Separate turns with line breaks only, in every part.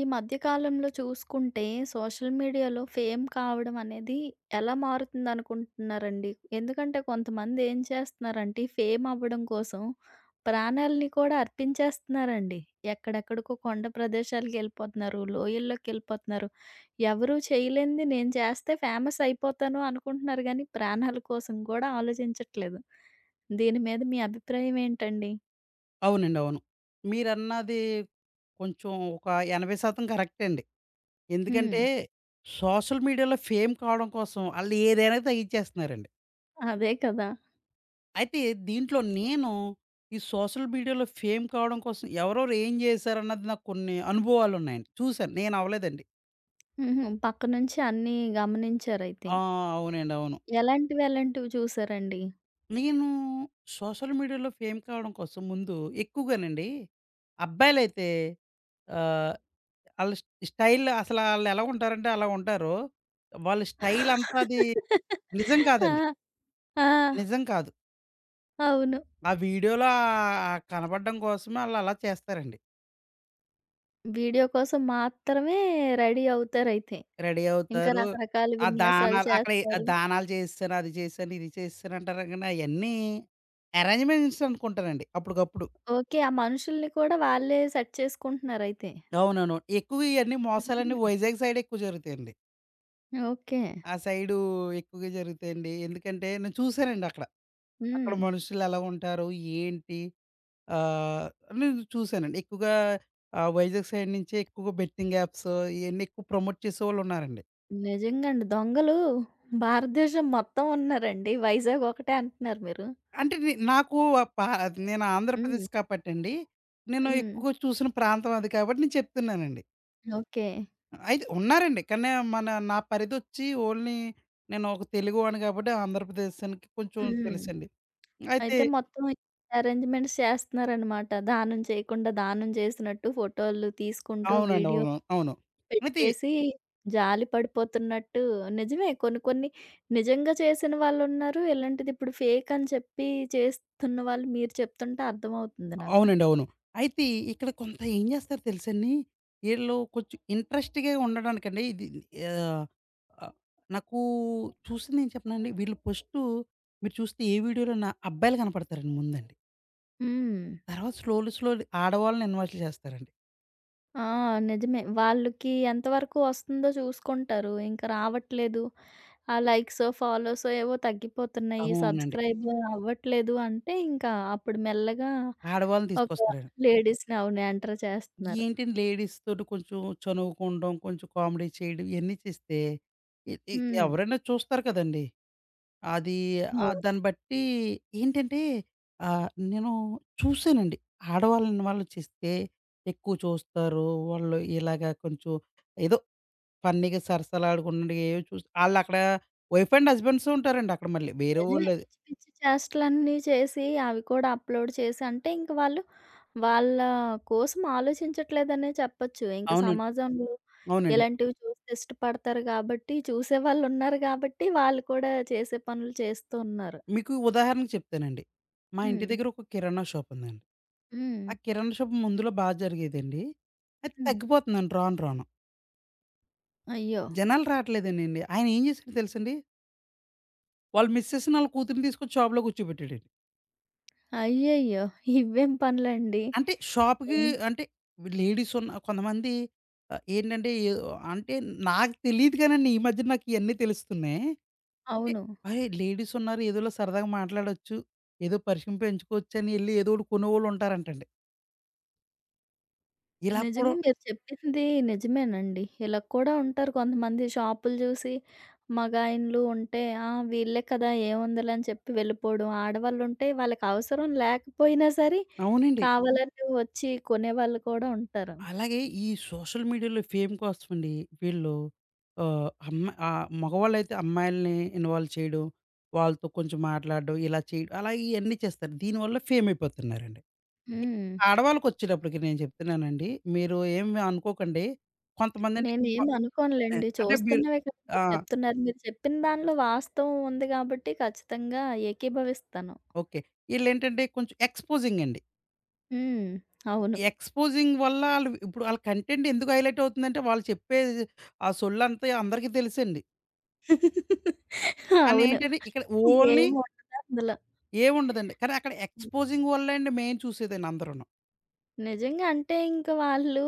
ఈ మధ్య కాలంలో చూసుకుంటే సోషల్ మీడియాలో ఫేమ్ కావడం అనేది ఎలా మారుతుంది అనుకుంటున్నారండి? ఎందుకంటే కొంతమంది ఏం చేస్తున్నారంటే ఫేమ్ అవ్వడం కోసం ప్రాణాల్ని కూడా అర్పించేస్తున్నారండి. ఎక్కడెక్కడికో కొండ ప్రదేశాలకు వెళ్ళిపోతున్నారు. లోయల్లోకి వెళ్ళిపోతున్నారు. ఎవరు చేయలేనిది నేను చేస్తే ఫేమస్ అయిపోతాను అనుకుంటున్నారు గానీ ప్రాణాల కోసం కూడా ఆలోచించట్లేదు. దీని మీద మీ అభిప్రాయం ఏంటండి?
అవునండి. అవును. మీరన్నది కొంచెం ఒక 80% కరెక్టే అండి.
హ్మ్.
ఎందుకంటే సోషల్ మీడియాలో ఫేమ్ కావడం కోసం ఆళ్ళు ఏదైనా తగ్గించేస్తున్నారండి.
అదే కదా!
అయితే దీంట్లో నేను ఈ సోషల్ మీడియాలో ఫేమ్ కావడం కోసం ఎవరెవరు ఏం చేశారన్నది నాకు కొన్ని అనుభవాలున్నాయండి. చూసాను. నేను అవ్వలేదండి.
హుహు. పక్కనుంచి అన్నీ గమనించారైతే.
ఆ! అవునండి. అవును.
ఎలాంటివి, ఎలాంటివి చూసారండి?
నేను సోషల్ మీడియాలో ఫేమ్ కావడం కోసం ముందు ఎక్కువగానండి అబ్బాయిలైతే ఆహ్, ఆళ్ళ స్ స్టైల్ అసలు ఆళ్ళెలా ఉంటారంటే అలా ఉంటారు. వాళ్ళ స్టైల్ అంతా అది నిజం కాదండి.
ఆ! ఆ!
నిజం కాదు.
అవును.
ఆ వీడియోలో కనపడడం కోసమే ఆళ్ళలా చేస్తారండి.
వీడియో కోసం మాత్రమే రెడీ అవుతారైతే.
రెడీ
ఇంకా
అవుతారు.
రకరకాల
ఆ
విన్యాసాలు
దానాలు అక్కడ ఆ
చేస్తారు.
దానాలు చేసేసాను, అది చేసేసాను, ఇది చేసేసాను అంటారు కానీ అయన్నీ అరేంజ్‌మెంట్స్ అనుకుంటానండి అప్పటికప్పుడు.
ఓకే. ఆ మనుషుల్ని కూడా వాళ్ళే సెట్ చేసుకుంటున్నారైతే.
అవునవును. ఎక్కువ ఇయన్నీ మోసాలన్నీ
హుహు.
వైజాగ్ సైడ్ ఎక్కువ జరుగుతాయండి.
ఓకే.
ఆ సైడు ఎక్కువగా జరుగుతాయండి. ఎందుకంటే నేను చూసానండి అక్కడ. అక్కడ
హ్మ్.
మనుషులు ఎలా ఉంటారు? ఏంటి? ఆహ్, నేను చూసానండి. ఎక్కువగా వైజాగ్ సైడ్ నుంచే ఎక్కువగా బెట్టింగ్ యాప్స్ ఇయన్నీ ఎక్కువ ప్రమోట్ చేసేవాళ్ళున్నారండి.
నిజంగా అండి. దొంగలు భారతదేశం మొత్తం ఉన్నారండి. వైజాగ్ ఒకటే అంటున్నారు మీరు.
అంటే నాకు ఆహ్, పా నేను
హ్మ్.
ఆంధ్రప్రదేశ్ కాబట్టండి, నేను
హ్మ్.
ఎక్కువగా చూసిన ప్రాంతం అది కాబట్టి నేను చెప్తున్నానండి.
ఓకే.
అయితే ఉన్నారండి. కానీ మన నా పరిధొచ్చి ఓన్లీ నేను ఒక తెలుగువాడిని కాబట్టి ఆంధ్రప్రదేశానికి కొంచెం
హ్మ్.
తెలుసండి. అయితే
అయితే మొత్తం అరేంజ్‌మెంట్స్ చేస్తున్నారనమాట. దానం చేయకుండా, దానం చేసినట్టు ఫోటోలు తీసుకుంటూ,
అవునండి.
వీడియో
అవును. అవును. అయితే
పెట్టేసి, జాలి పడిపోతున్నట్టు నిజమే కొన్ని, కొన్ని నిజంగా చేసిన వాళ్ళున్నారు. ఇలాంటిది ఇప్పుడు ఫేక్ అని చెప్పి చేస్తున్న వాళ్ళు మీరు చెప్తుంటే అర్థమవుతుంది నాకు.
అవునండి. అవును. అయితే ఇక్కడ కొంత ఏం జేస్తారో తెలుసండి, ఈళ్ళు కొంచెం ఇంట్రెస్ట్‌గా ఉండడానికండి ఇది ఆహ్, ఆహ్, నాకు చూసింది ఏం చెప్పనాండి, వీళ్ళు ఫస్టు మీరు చూస్తే ఏ వీడియోలోన అబ్బాయిలు కనపడతారండి ముందండి.
హ్మ్.
తర్వాత స్లోలీ, స్లోలీ ఆడవాళ్ళని ఇన్వాల్వ్ చేస్తారండి.
ఆ! నిజమే. వాళ్ళకి ఎంతవరకు వస్తుందో చూసుకుంటారు. ఇంకా రావట్లేదు. ఆ లైక్సో, ఫాలోసో ఏవో తగ్గిపోతున్నాయి.
అవునండి.
సబ్‌స్క్రైబ్ అవ్వట్లేదు అంటే ఇంకా అప్పుడు మెల్లగా
ఆడవాళ్ళని
ఒక
తీసుకొస్తారండి.
లేడీస్‌ని అవును. ఎంటర్ చేస్తున్నారు.
ఏంటండి లేడీస్ తోటి కొంచెం చనువుకోవడం, కొంచెం కామెడీ చేయడం ఇయన్నీ చేస్తే, ఎ ఎ
హ్మ్.
ఎవరైనా చూస్తారు కదండీ! అది
అవును.
దాన్ని బట్టి ఏంటంటే నేను చూసానండి. ఆడవాళ్ళని వాళ్ళు చేస్తే ఎక్కువ చూస్తారు. వాళ్ళు ఇలాగా కొంచెం ఏదో ఫన్నీగా సరసాలాడుకుంటుండగా ఏవో చూసి ఆళ్ళక్కడ వైఫ్ అండ్ హస్బెండ్స్ ఉంటారండి అక్కడ మళ్ళీ. వేరే
నిజమే.
వోళ్ళది
పిచ్చి పిచ్చి చేష్టలన్నీ చేసి అవి కూడా అప్‌లోడ్ చేసి అంటే ఇంక వాళ్ళు వాళ్ళ కోసం ఆలోచించట్లేదనే చెప్పొచ్చు. ఇంక
అవునండి.
సమాజంలో
అవునండి.
ఇలాంటివి చూసి ఇష్టపడతారు గాబట్టి, చూసేవాళ్ళున్నారు గాబట్టి, వాళ్ళు కూడా చేసే పనులు చేస్తూ ఉన్నారు.
మీకు ఉదాహరణకు చెప్తానండి. మా ఇంటి
హ్మ్.
దగ్గర ఒక కిరాణా షాప్ ఉందండి.
హ్మ్.
ఆ కిరాణా షాప్ ముందులో బా జరిగేదండి. అది
హ్మ్.
తగ్గిపోతుందండి రాను రాను.
అయ్యో!
జనాలు రావట్లేదనండి. ఆయన ఏం చేసాడో తెలుసండి? వాళ్ళ మిసెస్‌ని, ఆళ్ళ కూతురిని తీసుకొచ్చి షాప్‌లో కూర్చోబెట్టాడండి.
అయ్యయ్యో! ఇవేం పనులండి?
అంటే షాప్‌కి
ఏం
అంటే లేడీస్ ఉన్న కొంతమంది ఏంటంటే ఎ అంటే నాకు తెలీదు కానండి. ఈ మధ్య నాకు ఇయన్నీ తెలుస్తున్నాయి. అంటే
అవును.
అరేయ్! లేడీస్ ఉన్నారు ఏదోలా సరదాగా మాట్లాడొచ్చు. ఏదో పరిచయం పెంచుకోవచ్చని ఎళ్లి ఏదో ఒకటి కొనేవాళ్ళు ఉంటారంటండి. ఇలా కూడా
నిజంగా మీరు చెప్పింది నిజమేనండి. ఇలా కూడా ఉంటారు కొంతమంది షాపులు జూసి మగాయన్లు ఉంటే, ఆ! వీళ్ళే కదా! ఏముందిలే అని చెప్పి వెళ్ళిపోవడం. ఆడవాళ్ళుంటే వాళ్ళకి అవసరం లేకపోయినా సరే,
అవునండి.
కావాలని వచ్చి కొనేవాళ్ళు కూడా ఉంటారు.
అలాగే ఈ సోషల్ మీడియాలో ఫేమ్ కోసమండి వీళ్ళు మగవాళ్ళైతే అమ్మాయిల్ని ఇన్వాల్వ్ చేయడం, వాళ్ళతో కొంచెం మాట్లాడడం, ఇలా చేయడం అలా ఇయన్నీ చేస్తారు. దీనివల్ల ఫేమ్ అయిపోతున్నారండి.
హ్మ్.
ఆడవాళ్ళకొచ్చేటప్పటికి నేను చెప్తున్నానండి. మీరు ఏమి అనుకోకండి. కొంతమందండి
నేనేమి
ఆహ్, ఆహ్,
అనుకోనులెండి.
అంటే మీరు
చూస్తున్నవే కదా
ఆ!
మీరు చెప్తున్నారు. మీరు చెప్పిన దానిలో వాస్తవం ఉంది గాబట్టి ఖచ్చితంగా ఏకీభవిస్తాను.
ఓకే. ఈళ్ళేంటంటే కొంచెం ఎక్స్‌పోజింగ్ అండి.
హ్మ్. అవును.
ఎక్స్‌పోజింగ్ వల్ల ఆళ్ళు ఇప్పుడు ఆళ్ళ కంటెంట్ ఎందుకు హైలైట్ అవుతుందంటే, వాళ్ళు చెప్పే ఆ సొల్లంతా అందరికీ తెలుసండి. కానీ
అవును.
ఏంటంటే, ఇక్కడ ఓన్లీ
ఏముండదు అందులో.
ఏముండదండి. కానీ అక్కడ ఎక్స్‌పోజింగ్ వల్లే అండి మెయిన్ చూసేదండి అందరూను.
నిజంగా అంటే ఇంక వాళ్ళు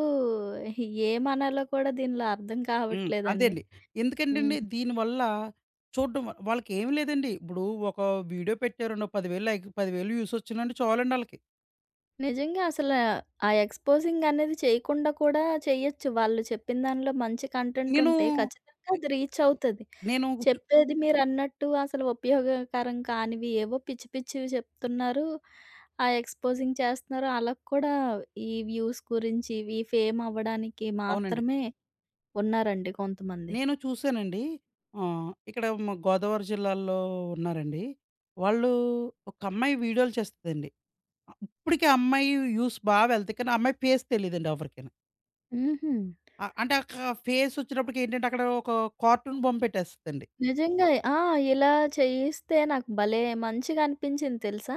ఏమనాలో కూడా దీనిలో అర్థం
హ్మ్. అదే
కావట్లేదండి.
అండి. ఎందుకంటేండి
హ్మ్.
దీనివల్ల చూడ్డం వాళ్ళకేమి లేదండి. ఇప్పుడు ఒక వీడియో పెట్టారండి. ఓ 10,000 లైక్ 10,000 వ్యూస్ వచ్చినాయంటే చాలండి ఆళ్ళకి.
నిజంగా అసల ఆ ఎక్స్‌పోజింగ్ అనేది చేయకుండా కూడా చేయొచ్చు. వాళ్ళు చెప్పిన దానిలో మంచి కంటెంట్
నేను,
ఉంటే ఖచ్చితంగా అది రీచ్ అవుతది.
నేను
చెప్పేది మీరన్నట్టు అసలు ఉపయోగకరం కానివి ఏవో పిచ్చి పిచ్చివి చెప్తున్నారు. ఆ ఎక్స్‌పోజింగ్ చేస్తున్నారు. అలా కూడా ఈ వ్యూస్ గురించి, ఈ ఫేమ్ అవ్వడానికి
అవునండి.
మాత్రమే ఉన్నారండి కొంతమంది.
నేను చూసానండి. ఇక్కడ మా గోదావరి జిల్లాలో ఉన్నారండి. వాళ్ళు ఒక అమ్మాయి వీడియోలు చేస్తదండి. ఇప్పటికి ఆ అమ్మాయి వ్యూస్ బాగా వెళ్తాయి. కానీ ఆ అమ్మాయి ఫేస్ తెలీదండి ఎవరికీను.
హుహు.
ఆహ్, అంటే అక్క ఫేస్ వచ్చినప్పటికి ఏంటంటే అక్కడ ఒక కార్టూన్ బొమ్మ పెట్టేస్తదండి.
నిజంగా. ఆ! ఇలా చేయిస్తే నాకు భలే మంచిగా అనిపించింది తెలుసా?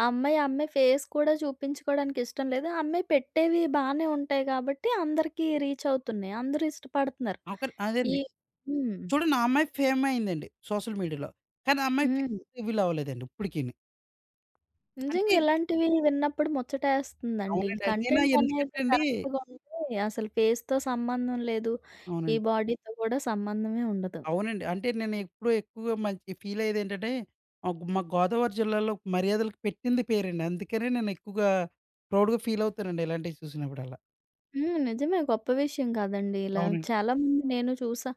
ఆ అమ్మాయి, ఆ అమ్మాయి ఫేస్ కూడా చూపించుకోవడానికి ఇష్టం లేదు. ఆ అమ్మాయి పెట్టేవి బానే ఉంటాయి కాబట్టి అందరికీ రీచ్ అవుతున్నాయి. అందరూ ఇష్టపడుతున్నారు.
ఒక
ఈ
అదండి.
హ్మ్.
చూడండి ఆ అమ్మాయి ఫేమ్ అయిందండి సోషల్ మీడియాలో. కానీ ఆ అమ్మాయి ఫేస్
హ్మ్.
రివీల్ అవ్వలేదండి ఇప్పటికీని.
నిజంగా
అంటే
ఇలాంటివి విన్నప్పుడు ముచ్చటేస్తుందండి.
అవునండి. నేను
కంటెంట్ అనేది
ఎందుకంటే అండి
కరెక్ట్‌గా ఉంటే అసలు ఫేస్‌తో సంబంధం లేదు. ఈ
అవునండి.
బాడీతో కూడా సంబంధమే ఉండదు.
అవునండి. అంటే నేను ఎప్పుడూ ఎక్కువగా మంచి ఫీల్ అయ్యేదేంటంటే మాకు మా గోదావరి జిల్లాలో మర్యాదలకి పెట్టింది పేరండి. అందుకనే నేను ఎక్కువగా ప్రౌడ్‌గా ఫీల్ అవుతానండి ఇలాంటివి చూసినప్పుడల్లా.
హ్మ్. నిజమే గొప్ప విషయం కాదండి. ఇలా
అవునండి.
చాలామంది నేను చూసా.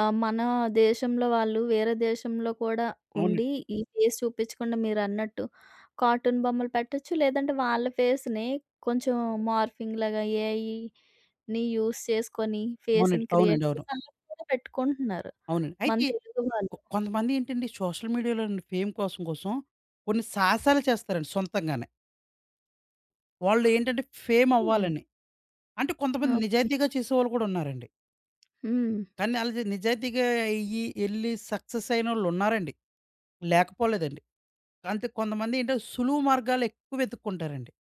మన దేశంలో వాళ్ళు వేరే దేశంలో కూడా
అవునండి.
ఉండి ఈ ఫేస్ చూపించకుండా మీరన్నట్టు కార్టూన్ బొమ్మలు పెట్టొచ్చు. లేదంటే వాళ్ళ ఫేస్‌ని కొంచెం మార్ఫింగ్‌లాగా ఏఐ ని యూజ్ చేసుకొని ఫేస్‌ని
అవునండి.
క్రియేట్
అవునండి. అవును.
చేసి అలా కూడా పెట్టుకుంటున్నారు.
అవునండి.
మన
అయితే
తెలుగు వాళ్ళు.
కొంతమంది ఏంటంటే సోషల్ మీడియాలోని ఫేమ్ కోసం కోసం కొన్ని సాహసాలు చేస్తారండి సొంతంగానే. వాళ్ళేంటంటే ఫేమ్
హ్మ్.
అవ్వాలని. అంటే కొంతమంది
ఓకే.
నిజాయితీగా చేసేవాళ్ళు కూడా ఉన్నారండి.
హ్మ్.
కానీ ఆళ్ళది నిజాయితీగా అయ్యి ఎళ్లి సక్సెస్ అయినోళ్ళున్నారండి. లేకపోలేదండి. అంతే కొంతమందేంటో సులువు మార్గాలు ఎక్కువ వెతుక్కుంటారండి.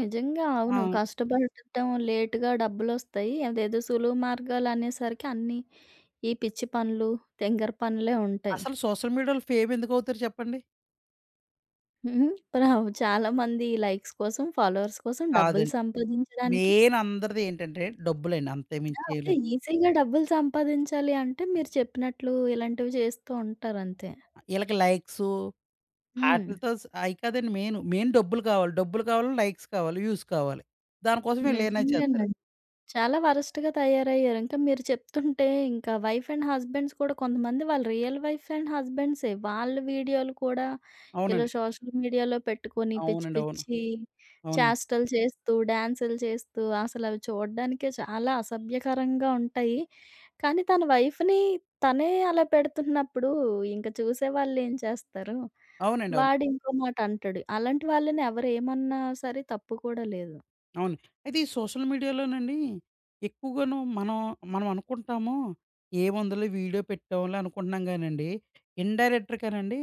నిజంగా
ఆ!
అవును. కష్టపడటం లేట్‌గా డబ్బులొస్తాయి. అదేదో సులువు మార్గాలనేసరికి అన్నీ ఈ పిచ్చి పనులు, తింగర పనులే ఉంటాయి.
అసలు సోషల్ మీడియాలో ఫేమ్ ఎందుకవుతారు చెప్పండి?
హ్మ్. రావు. చాలామంది లైక్స్ కోసం, ఫాలోవర్స్ కోసం డబ్బులు
కాదండి.
సంపాదించడానికి
మెయిన్ అందరిది ఏంటంటే డబ్బులండి. అంతకుమించి
ఆ!
ఏమి
అదే
లేదు.
ఈజీగా డబ్బులు సంపాదించాలి అంటే మీరు చెప్పినట్లు ఇలాంటివి చేస్తూ ఉంటారంతే.
ఈళ్ళకి లైక్సు
హ్మ్.
ఆటిలతో స్ అయి కాదండి మెయిన్. మెయిన్ డబ్బులు కావాలి. డబ్బులు కావాలి, లైక్స్ కావాలి, వ్యూస్ కావాలి. దానికోసం వీళ్ళేమైనా చేస్తారు.
నిజంగానండి. చాలా వరస్ట్‌గా తయారయ్యారు. ఇంకా మీరు చెప్తుంటే ఇంకా వైఫ్ అండ్ హస్బెండ్స్ కూడా కొంతమంది వాళ్ళు రియల్ వైఫ్ అండ్ హస్బెండ్సే. వాళ్ళ వీడియోలు కూడా ఇలా
అవునండి.
సోషల్ మీడియాలో పెట్టుకొని పిచ్చి
అవునండి. అవును.
పిచ్చి
అవునండి.
చేష్టలు చేస్తూ, డాన్సులు చేస్తూ అసలవి చూడ్డానికే చాలా అసభ్యకరంగా ఉంటాయి. కానీ తన వైఫ్‌ని తనే అలా పెడుతున్నప్పుడు ఇంక చూసేవాళ్ళేం చేస్తారు?
అవునండి. అవును.
వాడింకో మాట అంటాడు. అలాంటి వాళ్ళని ఎవరేమన్నా సరే తప్పు కూడా లేదు.
అవును. అయితే ఈ సోషల్ మీడియాలోనండి ఎక్కువగాను మనం అనుకుంటాము ఏముందిలే వీడియో పెట్టాంలే అనుకుంటున్నాం గానండి, ఇండైరెక్ట్‌గానండి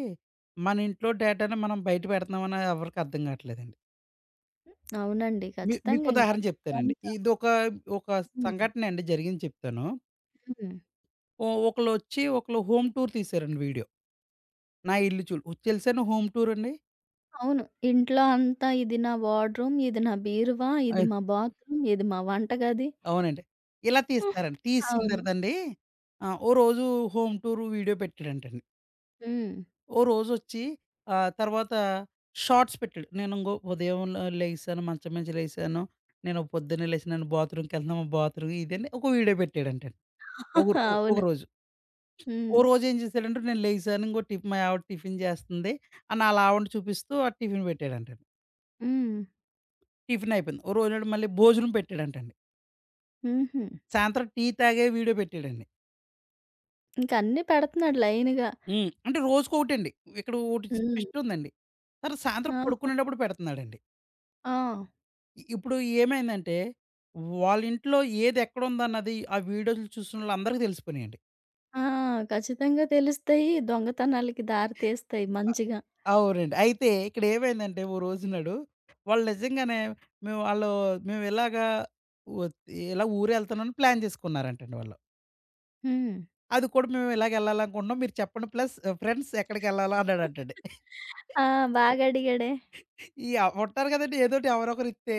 మన ఇంట్లో డేటాను మనం బయట పెడుతున్నామని ఎవరికీ అర్థం కావట్లేదండి.
అవునండి.
మీకు
ఖచ్చితంగా ఇంకా
ఉదాహరణ
మొత్తం
చెప్తానండి.
అంతా
ఇదొక ఒక ఒక
హ్మ్.
సంఘటన అండి జరిగింది చెప్తాను.
హ్మ్.
ఒకళ్ళొచ్చి ఒకళ్ళు హోమ్ టూర్ తీశారండి వీడియో. నా ఇల్లు చూడు తెలుసాను హోమ్ టూర్ అండి?
అవును. ఇంట్లో అంతా ఇది నా వార్డ్‌రూమ్, ఇది నా బీరువా, ఇది
అయ్
మా బాత్రూమ్, ఇది మా వంటగది.
అవునండి. ఇలా తీస్తారండి. తీసిన
అవును.
తర్వాతండి ఓ రోజు హోమ్ టూర్ వీడియో పెట్టాడంటండి.
హ్మ్.
ఓ రోజొచ్చి తర్వాత షార్ట్స్ పెట్టాడు. నేనింగో ఉదయం లెగిసాను, మంచం నుంచి లేగిసాను. నేను పొద్దున్నే లేసి నేను బాత్రూమ్‌కెళ్తున్నాను. బాత్రూమ్ ఇదని ఒక వీడియో పెట్టాడంటండి. ఒకరు
అవును.
ఒకరోజు.
హ్మ్.
ఓ రోజేం చేశాడంటే నేను లేగిసాను. ఇంగో టిఫ్ మా ఆవిడ టిఫిన్ చేస్తుంది అని ఆళ్ళ ఆవిడని చూపిస్తూ ఆ టిఫిన్ పెట్టాడంటండి.
హ్మ్.
టిఫిన్ అయిపోయింది. ఓ రోజునాడు మళ్ళీ భోజనం పెట్టాడంటండి.
హుహు.
సాయంత్రం టీ తాగే వీడియో పెట్టాడండి.
ఇంక అన్నీ పెడుతున్నాడు లైన్‌గా.
హ్మ్. అంటే రోజుకొకటండి. ఇక్కడ ఒకటి
హ్మ్.
ట్విస్టుందండి. తర్వాత సాయంత్రం
ఆహా!
పడుకునేటప్పుడు పెడుతున్నాడండి.
ఆ!
ఇప్పుడు ఏమైందంటే, వాళ్ళింట్లో ఏదెక్కడుందన్నది ఆ వీడియోలు చూసినోళ్ళందరికీ తెలిసిపోయినియండి.
ఆ! ఖచ్చితంగా తెలుస్తాయి. దొంగతనాలకి దారి తీస్తాయి
అ
మంచిగా.
అవునండి. అయితే ఇక్కడేమైందంటే, ఓ రోజు నాడు వాళ్ళు నిజంగానే మేము ఆళ్ళు మేమిలాగా ఒత్ ఇలా ఊరెళ్తున్నామని ప్లాన్ చేసుకున్నారంటండి వాళ్ళు.
హ్మ్.
అది కూడా మేము ఇలాగెళ్ళాలనుకుంటున్నాం. మీరు చెప్పండి ప్లస్ ఫ్రెండ్స్ ఎక్కడికెళ్ళాలా అన్నాడంటండి.
ఆ! బాగా అడిగాడే.
ఈ ఉంటారు కదండీ ఏదోటి ఎవరొకరిస్తే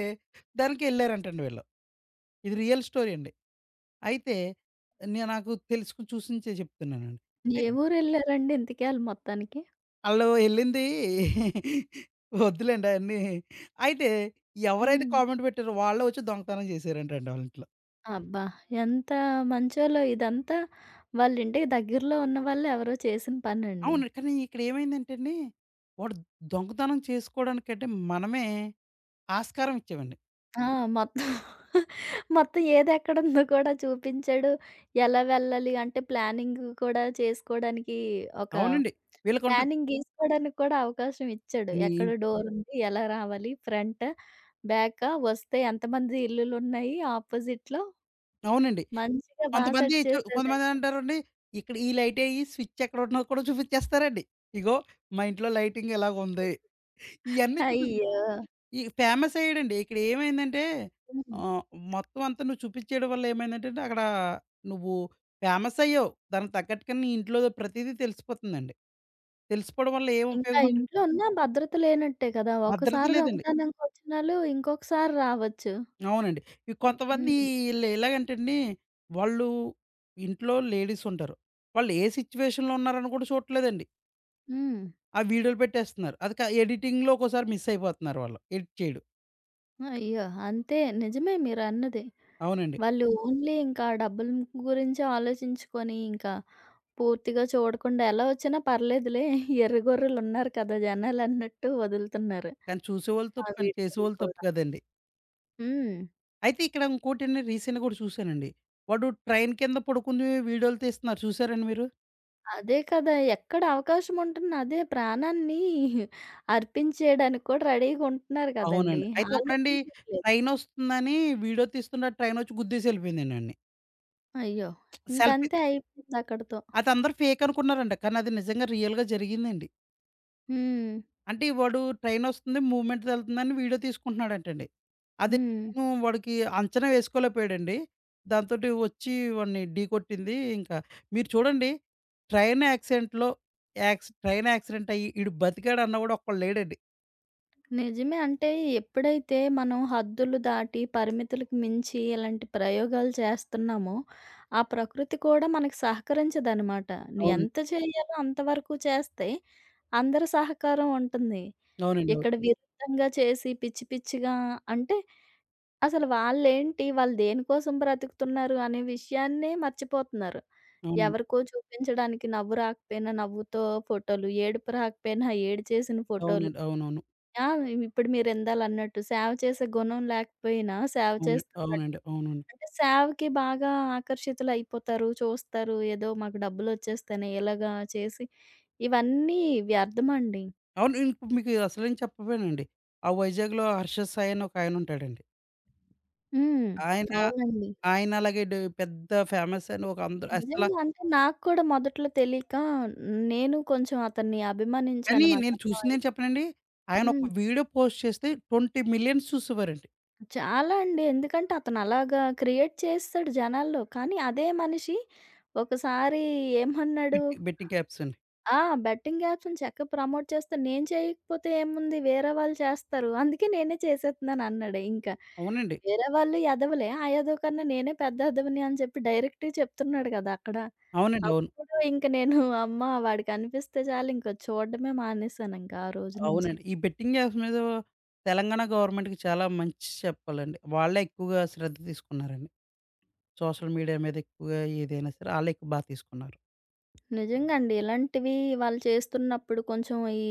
దానికెళ్లారంటండి వీళ్ళు. ఇది రియల్ స్టోరీ అండి. అయితే నాకు తెలుసుకొని చూసించే చెప్తున్నానండి.
ఏ ఊరెళ్లారండి ఇంతకీ ఆళ్ళు మొత్తానికి?
ఆళ్ళు ఎళ్ళింది వద్దులేండి అయన్నీ. అయితే ఎవరైతే
హ్మ్.
కామెంట్ పెట్టారో వాళ్ళే వచ్చి దొంగతనం చేశారంటండి ఆళ్ళింట్లో.
అబ్బా! ఎంత మంచోళ్ళో ఇదంతా వాళ్ళింటికి దగ్గరలో ఉన్న వాళ్ళు ఎవరో చేసిన పనండి.
అవును. కానీ ఇక్కడ ఏమైందంటే అండి, వాడు దొంగతనం చేసుకోవడానికంటే మనమే ఆస్కారం ఇచ్చామండి.
ఆ! మొత్తం మొత్తం ఏదెక్కడుందో కూడా చూపించాడు. ఎలా వెళ్ళాలి అంటే ప్లానింగ్ కూడా చేసుకోడానికి ఒక
అవునండి. వీళ్ళకుంటది.
ప్లానింగ్ గీసుకోడానికి కూడా అవకాశం ఇచ్చాడు.
నీ
ఎక్కడ డోరుంది? ఎలా రావాలి? ఫ్రంట్, బ్యాకా? వస్తే ఎంతమంది ఇల్లులున్నాయి ఆపోజిట్‌లో?
అవునండి.
మంచిగా బా
కొంతమంది
సెట్ చేసాడండి.
కొంతమందేమంటారండి, ఇక్కడ ఈ లైటెయ్యి స్విచ్ ఎక్కడున్నదో కూడా చూపిచ్చేస్తారండి. ఇగో మా ఇంట్లో లైటింగ్ ఇలాగుంది. ఇయన్నీ చూపిస్
అయ్యో!
ఈ ఫేమస్ అయ్యాడండి. ఇక్కడ ఏమైందంటే
హ్మ్.
ఆహ్, మొత్తం అంతా నువ్వు చూపించేయడం వల్ల ఏమైందంటే అండి, అక్కడ నువ్వు ఫేమస్ అయ్యావు. దానికి తగ్గట్టుగా నీ ఇంట్లో ప్రతీదీ తెలిసిపోతుందండి. తెలిసిపోవడం వల్ల ఏం
ఇంకా
ఉపయోగమండి?
ఇంట్లో ఉన్నా భద్రత లేనట్టే కదా!
భద్రత
ఒకసారి
లేదండి.
దొంగతనంకొచ్చినాళ్ళు ఇంకొకసారి రావచ్చు.
అవునండి. ఈ కొంతమంది
హ్మ్.
ఈళ్ళు ఎలాగంటే అండి, వాళ్ళు ఇంట్లో లేడీస్ ఉంటారు. వాళ్ళు ఏ సిట్యుయేషన్‌లో ఉన్నారని కూడా చూడట్లేదండి.
హ్మ్.
ఆ వీడియోలు పెట్టేస్తున్నారు. అది ఎడిటింగ్‌లో ఒక్కోసారి మిస్ అయిపోతున్నారు వాళ్ళు. ఎడిట్ చేయడం.
అయ్యో! అంతే నిజమే మీరన్నది.
అవునండి.
వాళ్ళు ఓన్లీ ఇంకా డబ్బుల గురించి ఆలోచించుకొని ఇంకా పూర్తిగా చూడకుండా ఎలా వచ్చినా పర్లేదులే ఎర్రగొర్రెలున్నారు కదా జనాలన్నట్టు వదులుతున్నారు.
కానీ చూసేవాళ్ళు
ఆ
తప్పు, కానీ
వీడియోలు
చేసేవాళ్ళు తప్పు
కూడా.
కదండీ!
హ్మ్.
అయితే ఇక్కడ ఇంకోటండి రీసెంట్‌గా ఒకటి చూసానండి. వాడు ట్రైన్ కింద పడుకుని వీడియోలు తీస్తున్నారు చూసారండి మీరు?
అదే కదా! ఎక్కడ అవకాశం ఉంటున్న అదే ప్రాణాన్ని అర్పించేయడానికి కూడా రెడీగుంటున్నారు కదండీ!
అవునండి. అయితే ఒకడండి
ఆలోచించట్లేదు.
ట్రైనొస్తుందని వీడియో తీస్తుంటే ట్రైనొచ్చి గుద్దేసి ఎళ్ళిపోయిందండి ఆడిని.
అయ్యో!
సెల్ఫీ
ఇంకంతే అయిపోయిందక్కడితో.
అది అందరూ ఫేక్ అనుకున్నారంట. కానీ అది నిజంగా రియల్‌గా జరిగిందండి.
హ్మ్.
అంటే వాడు ట్రైనొస్తుంది, మూవ్‌మెంట్‌తో ఎళ్తుందని వీడియో తీసుకుంటున్నాడంటండి. అది
హ్మ్.
నేను వాడికి అంచనా వేసుకోలేకపోయాడండి. దాంతోటి వచ్చి వాడిని ఢీకొట్టింది. ఇంకా మీరు చూడండి ట్రైన్ యాక్సిడెంట్‌లో ట్రైన్ యాక్సిడెంట్ అయ్యి ఈడు బతికాడన్న కూడా ఒక్కడు లేడండి.
నిజమే. అంటే ఎప్పుడైతే మనం హద్దులు దాటి, పరిమితులకు మించి ఇలాంటి ప్రయోగాలు చేస్తున్నామో, ఆ ప్రకృతి కూడా మనకు సహకరించదనమాట.
అవును.
ఎంత చేయాలో అంతవరకు చేస్తే అందరి సహకారం ఉంటుంది.
అవునండి. అవును.
ఇక్కడ విరుద్ధంగా చేసి పిచ్చి పిచ్చిగా అంటే అసలు వాళ్ళేంటి, వాళ్ళు దేనికోసం బ్రతుకుతున్నారు అనే విషయాన్నే మర్చిపోతున్నారు.
అవునండి.
ఎవరికో చూపించడానికి నవ్వు రాకపోయినా నవ్వుతో ఫోటోలు, ఏడుపు రాకపోయినా ఏడు చేసిన ఫోటోలు.
అవునండి. అవునవును.
ఆ! ఇప్పుడు మీరిందాలన్నట్టు సేవ చేసే గుణం లేకపోయినా సేవ
అవును.
చేస్తున్నట్టు.
అవునండి. అవునండి.
అంటే సేవకి బాగా ఆకర్షితులయిపోతారు, చూస్తారు. ఏదో మాకు డబ్బులొచ్చేస్తాయినాయి ఇలాగా చేసి ఇవన్నీ వ్యర్థమండి.
అవును. ఇప్పుడు మీకు అసలేం చెప్పపోయానండి. ఆ వైజాగ్‌లో హర్ష సాయి అని ఒకాయనుంటాడండి.
హ్మ్.
ఆయన ఉంటాడండి. ఆయన
అవునండి.
ఆయన అలాగే డ్ పెద్ద ఫేమస్ అని ఒక అందరు అసల
నిజంగా అంటే నాకు కూడా మొదట్లో తెలీక నేను కొంచెం అతన్ని
కానీ
అభిమానించానమాట.
నేను
అబ్బాయి
చూసిందేం చెప్పనండి. ఆయన
హ్మ్.
ఒక వీడియో పోస్ట్ చేస్తే 20,000,000 చూసేవారండి.
చాలా అండి. ఎందుకంటే అతనలాగా క్రియేట్ చేస్తాడు జనాల్లో. కానీ అదే మనిషి ఒకసారి ఏమన్నాడు
బెట్టింగ్ యాప్స్ అండి.
ఆ! బెట్టింగ్ యాప్స్‌ని చక్కగా ప్రమోట్ చేస్తే నేను చేయకపోతే ఏముంది వేరే వాళ్ళు చేస్తారు. అందుకే నేనే చేసేస్తున్నాను అన్నాడు ఇంకా.
అవునండి.
వేరే వాళ్ళు ఎదవలే. ఆ ఎదవ కన్నా నేనే పెద్ద ఎదవని అని చెప్పి డైరెక్ట్‌గా చెప్తున్నాడు కదా! అక్కడ.
అవునండి. అవును.
అప్పుడు ఇంక నేను అమ్మ వాడికనిపిస్తే చాలు ఇంక చూడడమే మానేసాను ఇంకా ఆ రోజు నుంచి.
అవునండి. ఈ బెట్టింగ్ యాప్స్ మీద తెలంగాణ గవర్నమెంట్‌కి చాలా మంచి చెప్పాలండి. వాళ్ళే ఎక్కువగా శ్రద్ధ తీసుకున్నారండి. సోషల్ మీడియా మీద ఎక్కువగా ఏదైనా సరే ఆళ్ళే ఎక్కువ బా తీసుకున్నారు.
నిజంగా అండి. ఇలాంటివి వాళ్ళు చేస్తున్నప్పుడు కొంచెం ఈ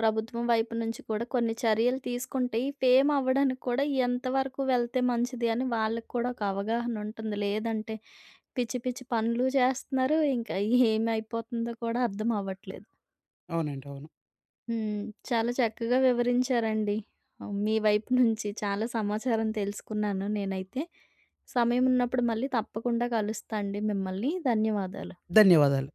ప్రభుత్వం వైపు నుంచి కూడా కొన్ని చర్యలు తీసుకుంటే, ఈ ఫేమ్ అవ్వడానికి కూడా ఎంతవరకు వెళ్తే మంచిది అని వాళ్ళకి కూడా ఒక అవగాహన ఉంటుంది. లేదంటే పిచ్చి పిచ్చి పనులు చేస్తున్నారు. ఇంకా ఏమైపోతుందో కూడా అర్థం అవ్వట్లేదు.
అవునండి. అవును.
హ్మ్. చాలా చక్కగా వివరించారండి. మీ వైపు నుంచి చాలా సమాచారం తెలుసుకున్నాను నేనైతే. సమయం ఉన్నప్పుడు మళ్ళీ తప్పకుండా కలుస్తా అండి మిమ్మల్ని. ధన్యవాదాలు.
ధన్యవాదాలు.